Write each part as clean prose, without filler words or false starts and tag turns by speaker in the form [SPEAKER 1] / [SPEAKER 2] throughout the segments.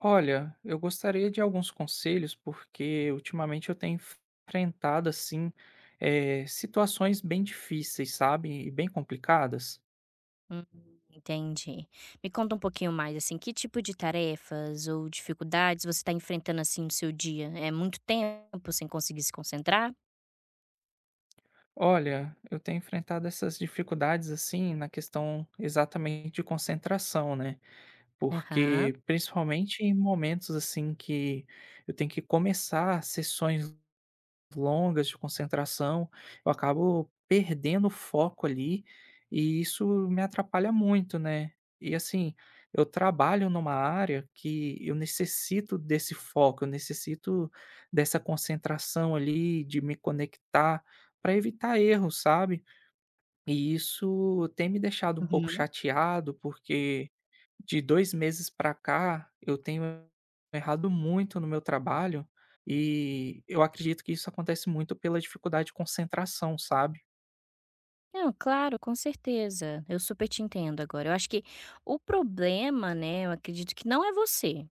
[SPEAKER 1] Olha, eu gostaria de alguns conselhos, porque ultimamente eu tenho enfrentado, assim, situações bem difíceis, sabe? E bem complicadas.
[SPEAKER 2] Hum, entendi. Me conta um pouquinho mais, assim, que tipo de tarefas ou dificuldades você está enfrentando, assim, no seu dia? É muito tempo sem conseguir se concentrar?
[SPEAKER 1] Olha, eu tenho enfrentado essas dificuldades, assim, na questão exatamente de concentração, né?
[SPEAKER 2] Aham.
[SPEAKER 1] Porque, principalmente em momentos, assim, que eu tenho que começar sessões longas de concentração, eu acabo perdendo o foco ali, e isso me atrapalha muito, né. E assim, eu trabalho numa área que eu necessito desse foco, eu necessito dessa concentração ali, de me conectar, para evitar erros, sabe. E isso tem me deixado um pouco
[SPEAKER 2] Uhum.
[SPEAKER 1] chateado, porque de 2 meses para cá, eu tenho errado muito no meu trabalho, e eu acredito que isso acontece muito pela dificuldade de concentração, sabe.
[SPEAKER 2] Não, claro, com certeza. Eu super te entendo agora. Eu acho que o problema, né, eu acredito que não é você.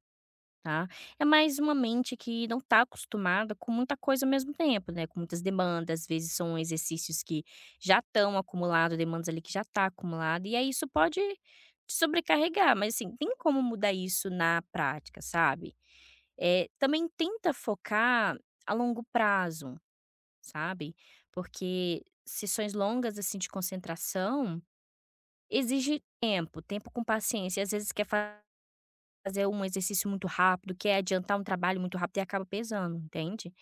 [SPEAKER 2] Tá? É mais uma mente que não está acostumada com muita coisa ao mesmo tempo, né, com muitas demandas, às vezes são exercícios que já estão acumulado, demandas ali que já está acumulada, e aí isso pode te sobrecarregar, mas assim, tem como mudar isso na prática, sabe. É também tenta focar a longo prazo, sabe, porque sessões longas, assim, de concentração, exige tempo, tempo com paciência e às vezes quer fa fazer um exercício muito rápido, quer adiantar um trabalho muito rápido e acaba pesando, entende?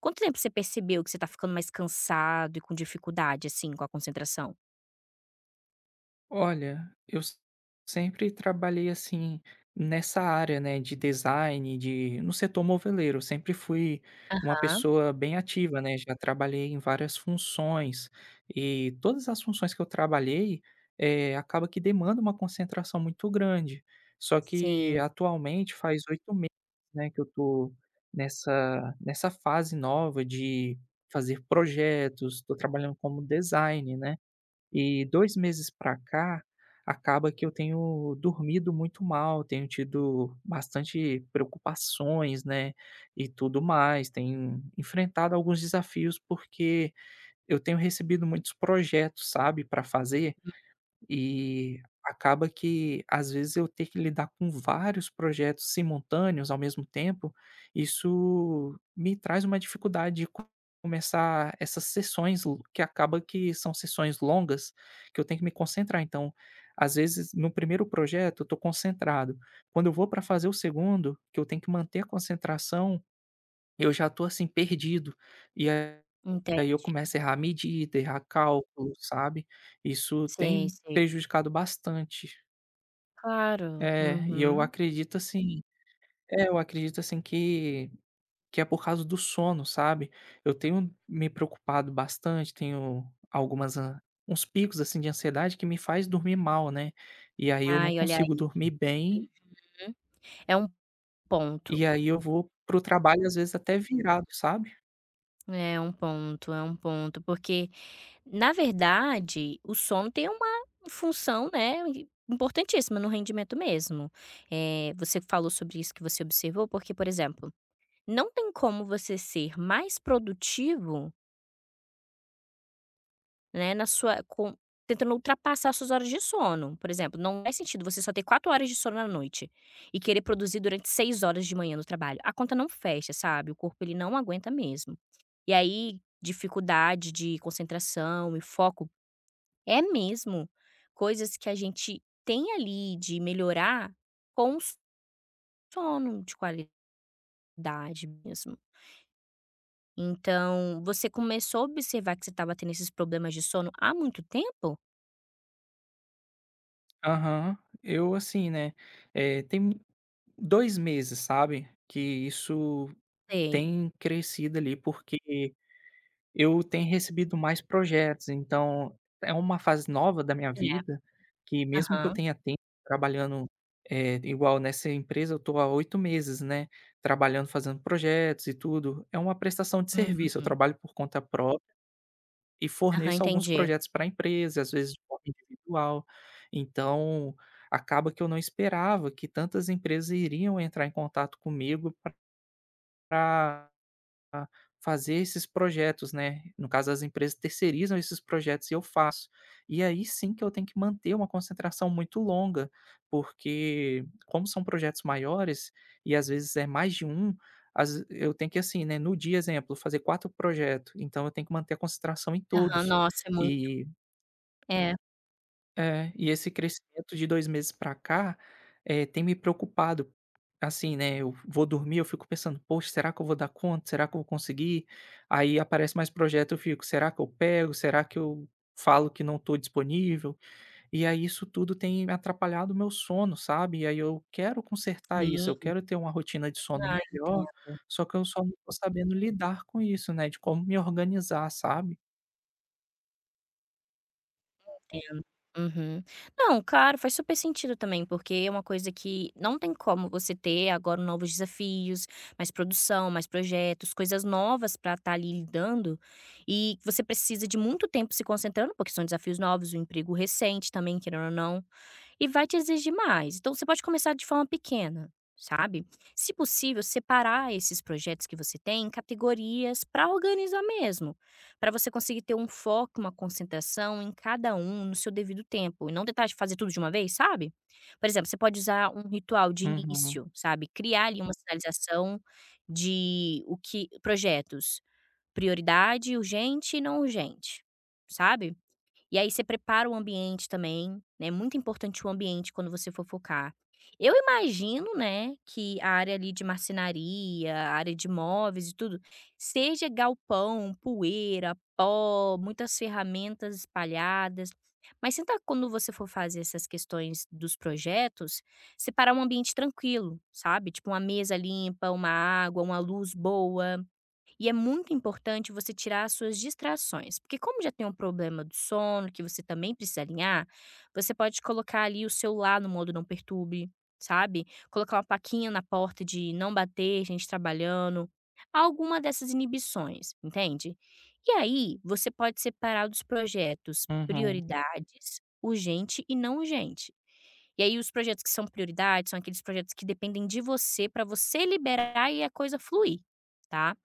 [SPEAKER 2] Quanto tempo você percebeu que você tá ficando mais cansado e com dificuldade, assim, com a concentração?
[SPEAKER 1] Olha, eu s sempre trabalhei, assim, nessa área, né, de design, de no setor moveleiro, sempre fui uma
[SPEAKER 2] Tá.
[SPEAKER 1] pessoa bem ativa, né, já trabalhei em várias funções, e todas as funções que eu trabalhei, acaba que demanda uma concentração muito grande. Só que
[SPEAKER 2] Sim.
[SPEAKER 1] atualmente faz 8 meses, né, que eu tô nessa fase nova de fazer projetos, estou trabalhando como design, né. E 2 meses pra cá, acaba que eu tenho dormido muito mal, tenho tido bastante preocupações, né, e tudo mais, tenho enfrentado alguns desafios, porque eu tenho recebido muitos projetos, sabe, para fazer, e acaba que, às vezes, eu ter que lidar com vários projetos simultâneos ao mesmo tempo, isso me traz uma dificuldade de co começar essas sessões l que acaba que são sessões longas, que eu tenho que me concentrar. Então, às vezes, no primeiro projeto eu estou concentrado, quando eu vou para fazer o segundo, que eu tenho que manter a concentração, eu já estou assim, perdido. E Aí eu
[SPEAKER 2] Entendo.
[SPEAKER 1] começo a errar a medida, errar cálculo, sabe. Isso
[SPEAKER 2] Sei,
[SPEAKER 1] tem
[SPEAKER 2] sei.
[SPEAKER 1] prejudicado bastante.
[SPEAKER 2] Claro.
[SPEAKER 1] É, e eu
[SPEAKER 2] Uhum.
[SPEAKER 1] acredito assim eu acredito assim que é por causa do sono, sabe. Eu tenho me preocupado bastante, tenho algumas an uns picos, assim, de ansiedade que me faz dormir mal, né. E aí eu não
[SPEAKER 2] Ai, olha
[SPEAKER 1] consigo
[SPEAKER 2] aí.
[SPEAKER 1] dormir bem,
[SPEAKER 2] Uhum. É um ponto.
[SPEAKER 1] e aí eu vou pro trabalho, às vezes, até virado, sabe.
[SPEAKER 2] É um ponto, é um ponto, porque, na verdade, o sono tem uma função, né, importantíssima no rendimento mesmo. É, você falou sobre isso que você observou, porque, por exemplo, não tem como você ser mais produtivo, né, na sua com tentando ultrapassar suas horas de sono. Por exemplo, não faz sentido você só ter 4 horas de sono à noite e querer produzir durante 6 horas de manhã no trabalho. A conta não fecha, sabe, o corpo ele não aguenta mesmo. E aí, dificuldade de concentração e foco é mesmo coisas que a gente tem ali de melhorar com o sono de qualidade mesmo. Então, você começou a observar que você estava tendo esses problemas de sono há muito tempo?
[SPEAKER 1] Aham. Eu assim, né, tem 2 meses, sabe, que isso
[SPEAKER 2] Sei.
[SPEAKER 1] tem crescido ali, porque eu tenho recebido mais projetos, então é uma fase nova da minha
[SPEAKER 2] É.
[SPEAKER 1] vida, que mesmo que eu
[SPEAKER 2] Aham.
[SPEAKER 1] tenha tempo trabalhando, igual nessa empresa eu estou há 8 meses, né, trabalhando, fazendo projetos e tudo, é uma prestação de serviço, eu
[SPEAKER 2] Uhum.
[SPEAKER 1] trabalho por conta própria e
[SPEAKER 2] Aham,
[SPEAKER 1] forneço alguns
[SPEAKER 2] entendi.
[SPEAKER 1] projetos para a empresa, às vezes de forma individual. Então, acaba que eu não esperava que tantas empresas iriam entrar em contato comigo para a fazer esses projetos, né, no caso as empresas terceirizam esses projetos e eu faço. E aí sim que eu tenho que manter uma concentração muito longa, porque como são projetos maiores, e às vezes é mais de um, às eu tenho que assim, né, no dia exemplo, fazer 4 projetos, então eu tenho que manter a concentração em
[SPEAKER 2] Aham,
[SPEAKER 1] todos.
[SPEAKER 2] nossa, é muito
[SPEAKER 1] E
[SPEAKER 2] é,
[SPEAKER 1] e esse crescimento de 2 meses pra cá, tem me preocupado. Assim, né, eu vou dormir, eu fico pensando: "Poxa, será que eu vou dar conta? Será que eu vou conseguir?". Aí aparece mais projeto, eu fico: "Será que eu pego? Será que eu falo que não estou disponível?". E aí isso tudo tem atrapalhado o meu sono, sabe. E aí eu quero consertar isso, eu
[SPEAKER 2] sim.
[SPEAKER 1] quero ter uma rotina de sono
[SPEAKER 2] Ah,
[SPEAKER 1] melhor,
[SPEAKER 2] entendo,
[SPEAKER 1] só que eu só não tô sabendo lidar com isso, né, de como me organizar, sabe.
[SPEAKER 2] entendo. Uhum. Não, claro, faz super sentido também, porque é uma coisa que não tem como você ter agora novos desafios, mais produção, mais projetos, coisas novas pra estar ali lidando, e você precisa de muito tempo se concentrando, porque são desafios novos, um emprego recente também, querendo ou não. E vai te exigir mais. Então você pode começar de forma pequena, sabe. Se possível, separar esses projetos que você tem em categorias para organizar mesmo, para você conseguir ter um foco, uma concentração em cada um no seu devido tempo e não tentar fazer tudo de uma vez, sabe. Por exemplo, você pode usar um ritual de
[SPEAKER 1] Uhum,
[SPEAKER 2] início, sabe, criar ali uma sinalização de o que projetos, prioridade, urgente e não urgente, sabe. E aí você prepara o ambiente também, né, é muito importante o ambiente quando você for focar. Eu imagino, né, que a área ali de marcenaria, a área de móveis e tudo, seja galpão, poeira, pó, muitas ferramentas espalhadas. Mas tenta quando você for fazer essas questões dos projetos, separar um ambiente tranquilo, sabe? Tipo uma mesa limpa, uma água, uma luz boa, e é muito importante você tirar as suas distrações, porque como já tem um problema do sono, que você também precisa alinhar, você pode colocar ali o celular no modo não perturbe, sabe? Colocar uma plaquinha na porta de não bater, gente trabalhando, alguma dessas inibições, entende? E aí, você pode separar dos projetos
[SPEAKER 1] uhum,
[SPEAKER 2] prioridades, urgente e não urgente. E aí, os projetos que são prioridade são aqueles projetos que dependem de você para você liberar e a coisa fluir, tá?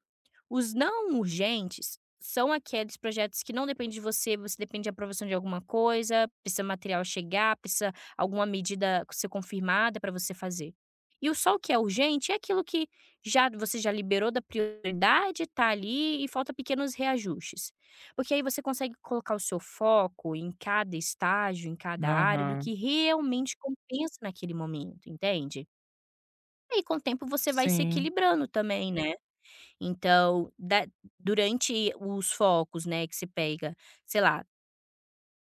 [SPEAKER 2] Os não urgentes são aqueles projetos que não depende de você, você depende de aprovação de alguma coisa, precisa material chegar, precisa alguma medida ser confirmada para você fazer. E o só o que é urgente é aquilo que já você já liberou da prioridade, está ali e falta pequenos reajustes. Porque aí você consegue colocar o seu foco em cada estágio, em cada área, do
[SPEAKER 1] aham,
[SPEAKER 2] que realmente compensa naquele momento, entende? E aí, com o tempo, você vai se
[SPEAKER 1] sim.
[SPEAKER 2] equilibrando também, né? Então, da durante os focos, né, que se pega, sei lá,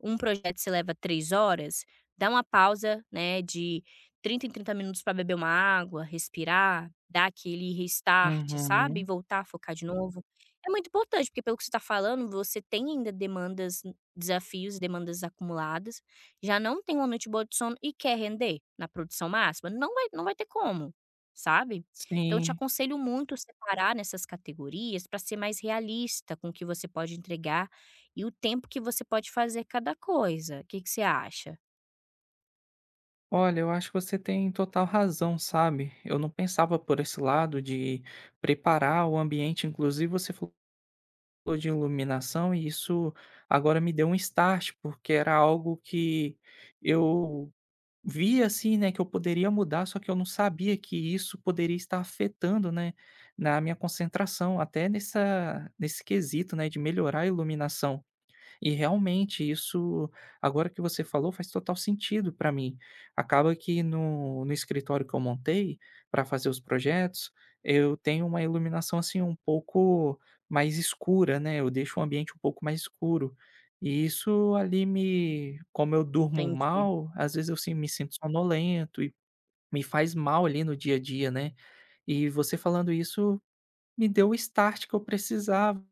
[SPEAKER 2] um projeto se leva 3 horas, dá uma pausa, né, de 30 em 30 minutos para beber uma água, respirar, dar aquele restart, sabe, e
[SPEAKER 1] Uhum.
[SPEAKER 2] voltar a focar de novo. É muito importante, porque pelo que você está falando, você tem ainda demandas, desafios e demandas acumuladas, já não tem uma noite boa de sono e quer render na produção máxima, não vai ter como, sabe. Então eu te
[SPEAKER 1] Sim.
[SPEAKER 2] aconselho muito separar nessas categorias para ser mais realista com o que você pode entregar e o tempo que você pode fazer cada coisa. Que você acha?
[SPEAKER 1] Olha, eu acho que você tem total razão, sabe? Eu não pensava por esse lado de preparar o ambiente, inclusive você falou de iluminação e isso agora me deu um start, porque era algo que eu via assim, né, que eu poderia mudar, só que eu não sabia que isso poderia estar afetando, né, na minha concentração, até nessa nesse quesito, né, de melhorar a iluminação. E realmente isso, agora que você falou, faz total sentido para mim. Acaba que no escritório que eu montei para fazer os projetos, eu tenho uma iluminação assim um pouco mais escura, né? Eu deixo o ambiente um pouco mais escuro. E isso ali me, como eu durmo
[SPEAKER 2] Entendi.
[SPEAKER 1] mal, às vezes eu sim, me sinto sonolento e me faz mal ali no dia a dia, né? E você falando isso me deu o start que eu precisava.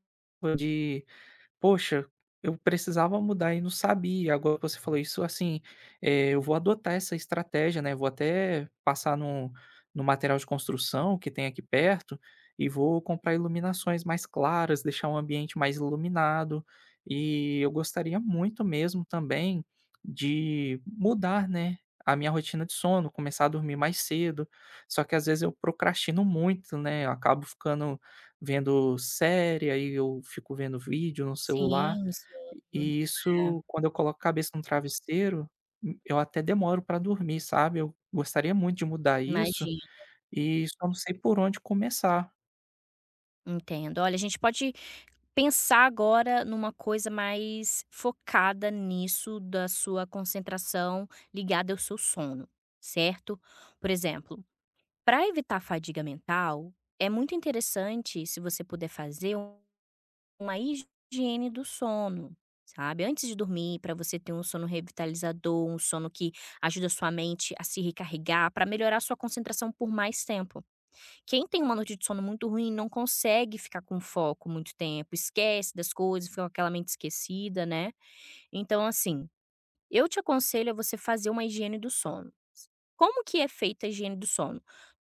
[SPEAKER 1] "Poxa, eu precisava mudar e não sabia", agora que você falou isso, assim, eu vou adotar essa estratégia, né, vou até passar no no material de construção que tem aqui perto e vou comprar iluminações mais claras, deixar um ambiente mais iluminado. E eu gostaria muito mesmo também de mudar, né, a minha rotina de sono, começar a dormir mais cedo, só que às vezes eu procrastino muito, né, eu acabo ficando vendo série, aí eu fico vendo vídeo no celular,
[SPEAKER 2] Sim, sim.
[SPEAKER 1] e
[SPEAKER 2] É,
[SPEAKER 1] isso quando eu coloco a cabeça no travesseiro, eu até demoro para dormir, sabe. Eu gostaria muito de mudar isso,
[SPEAKER 2] imagino,
[SPEAKER 1] e só não sei por onde começar.
[SPEAKER 2] entendo. Olha, a gente pode pensar agora numa coisa mais focada nisso da sua concentração ligada ao seu sono, certo? Por exemplo, para evitar a fadiga mental, é muito interessante se você puder fazer uma higiene do sono, sabe? Antes de dormir, para você ter um sono revitalizador, um sono que ajuda a sua mente a se recarregar, para melhorar a sua concentração por mais tempo. Quem tem uma noite de sono muito ruim não consegue ficar com foco muito tempo, esquece das coisas, fica com aquela mente esquecida, né? Então, assim, eu te aconselho a você fazer uma higiene do sono. Como que é feita a higiene do sono?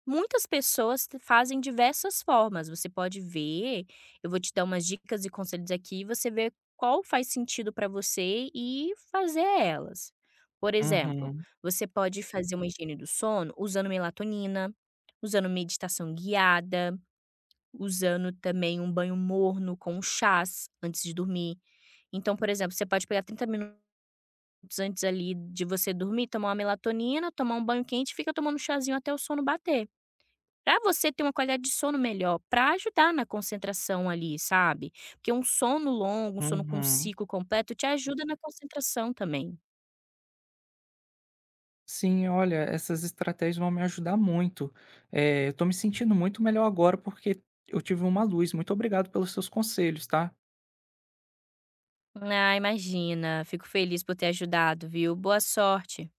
[SPEAKER 2] Muitas pessoas t fazem diversas formas, você pode ver, eu vou te dar umas dicas e conselhos aqui, você vê qual faz sentido para você e fazer elas. Por exemplo,
[SPEAKER 1] Uhum,
[SPEAKER 2] você pode fazer uma higiene do sono usando melatonina, usando meditação guiada, usando também um banho morno com chás antes de dormir. Então, por exemplo, você pode pegar 30 minutos antes ali de você dormir, tomar uma melatonina, tomar um banho quente e fica tomando chazinho até o sono bater. Para você ter uma qualidade de sono melhor, para ajudar na concentração ali, sabe. Porque um sono longo, um sono com um
[SPEAKER 1] uhum.
[SPEAKER 2] ciclo completo te ajuda na concentração também.
[SPEAKER 1] Sim, olha, essas estratégias vão me ajudar muito. Eu tô me sentindo muito melhor agora, porque eu tive uma luz. Muito obrigado pelos seus conselhos, tá.
[SPEAKER 2] Ah, imagina, fico feliz por ter ajudado, viu. Boa sorte.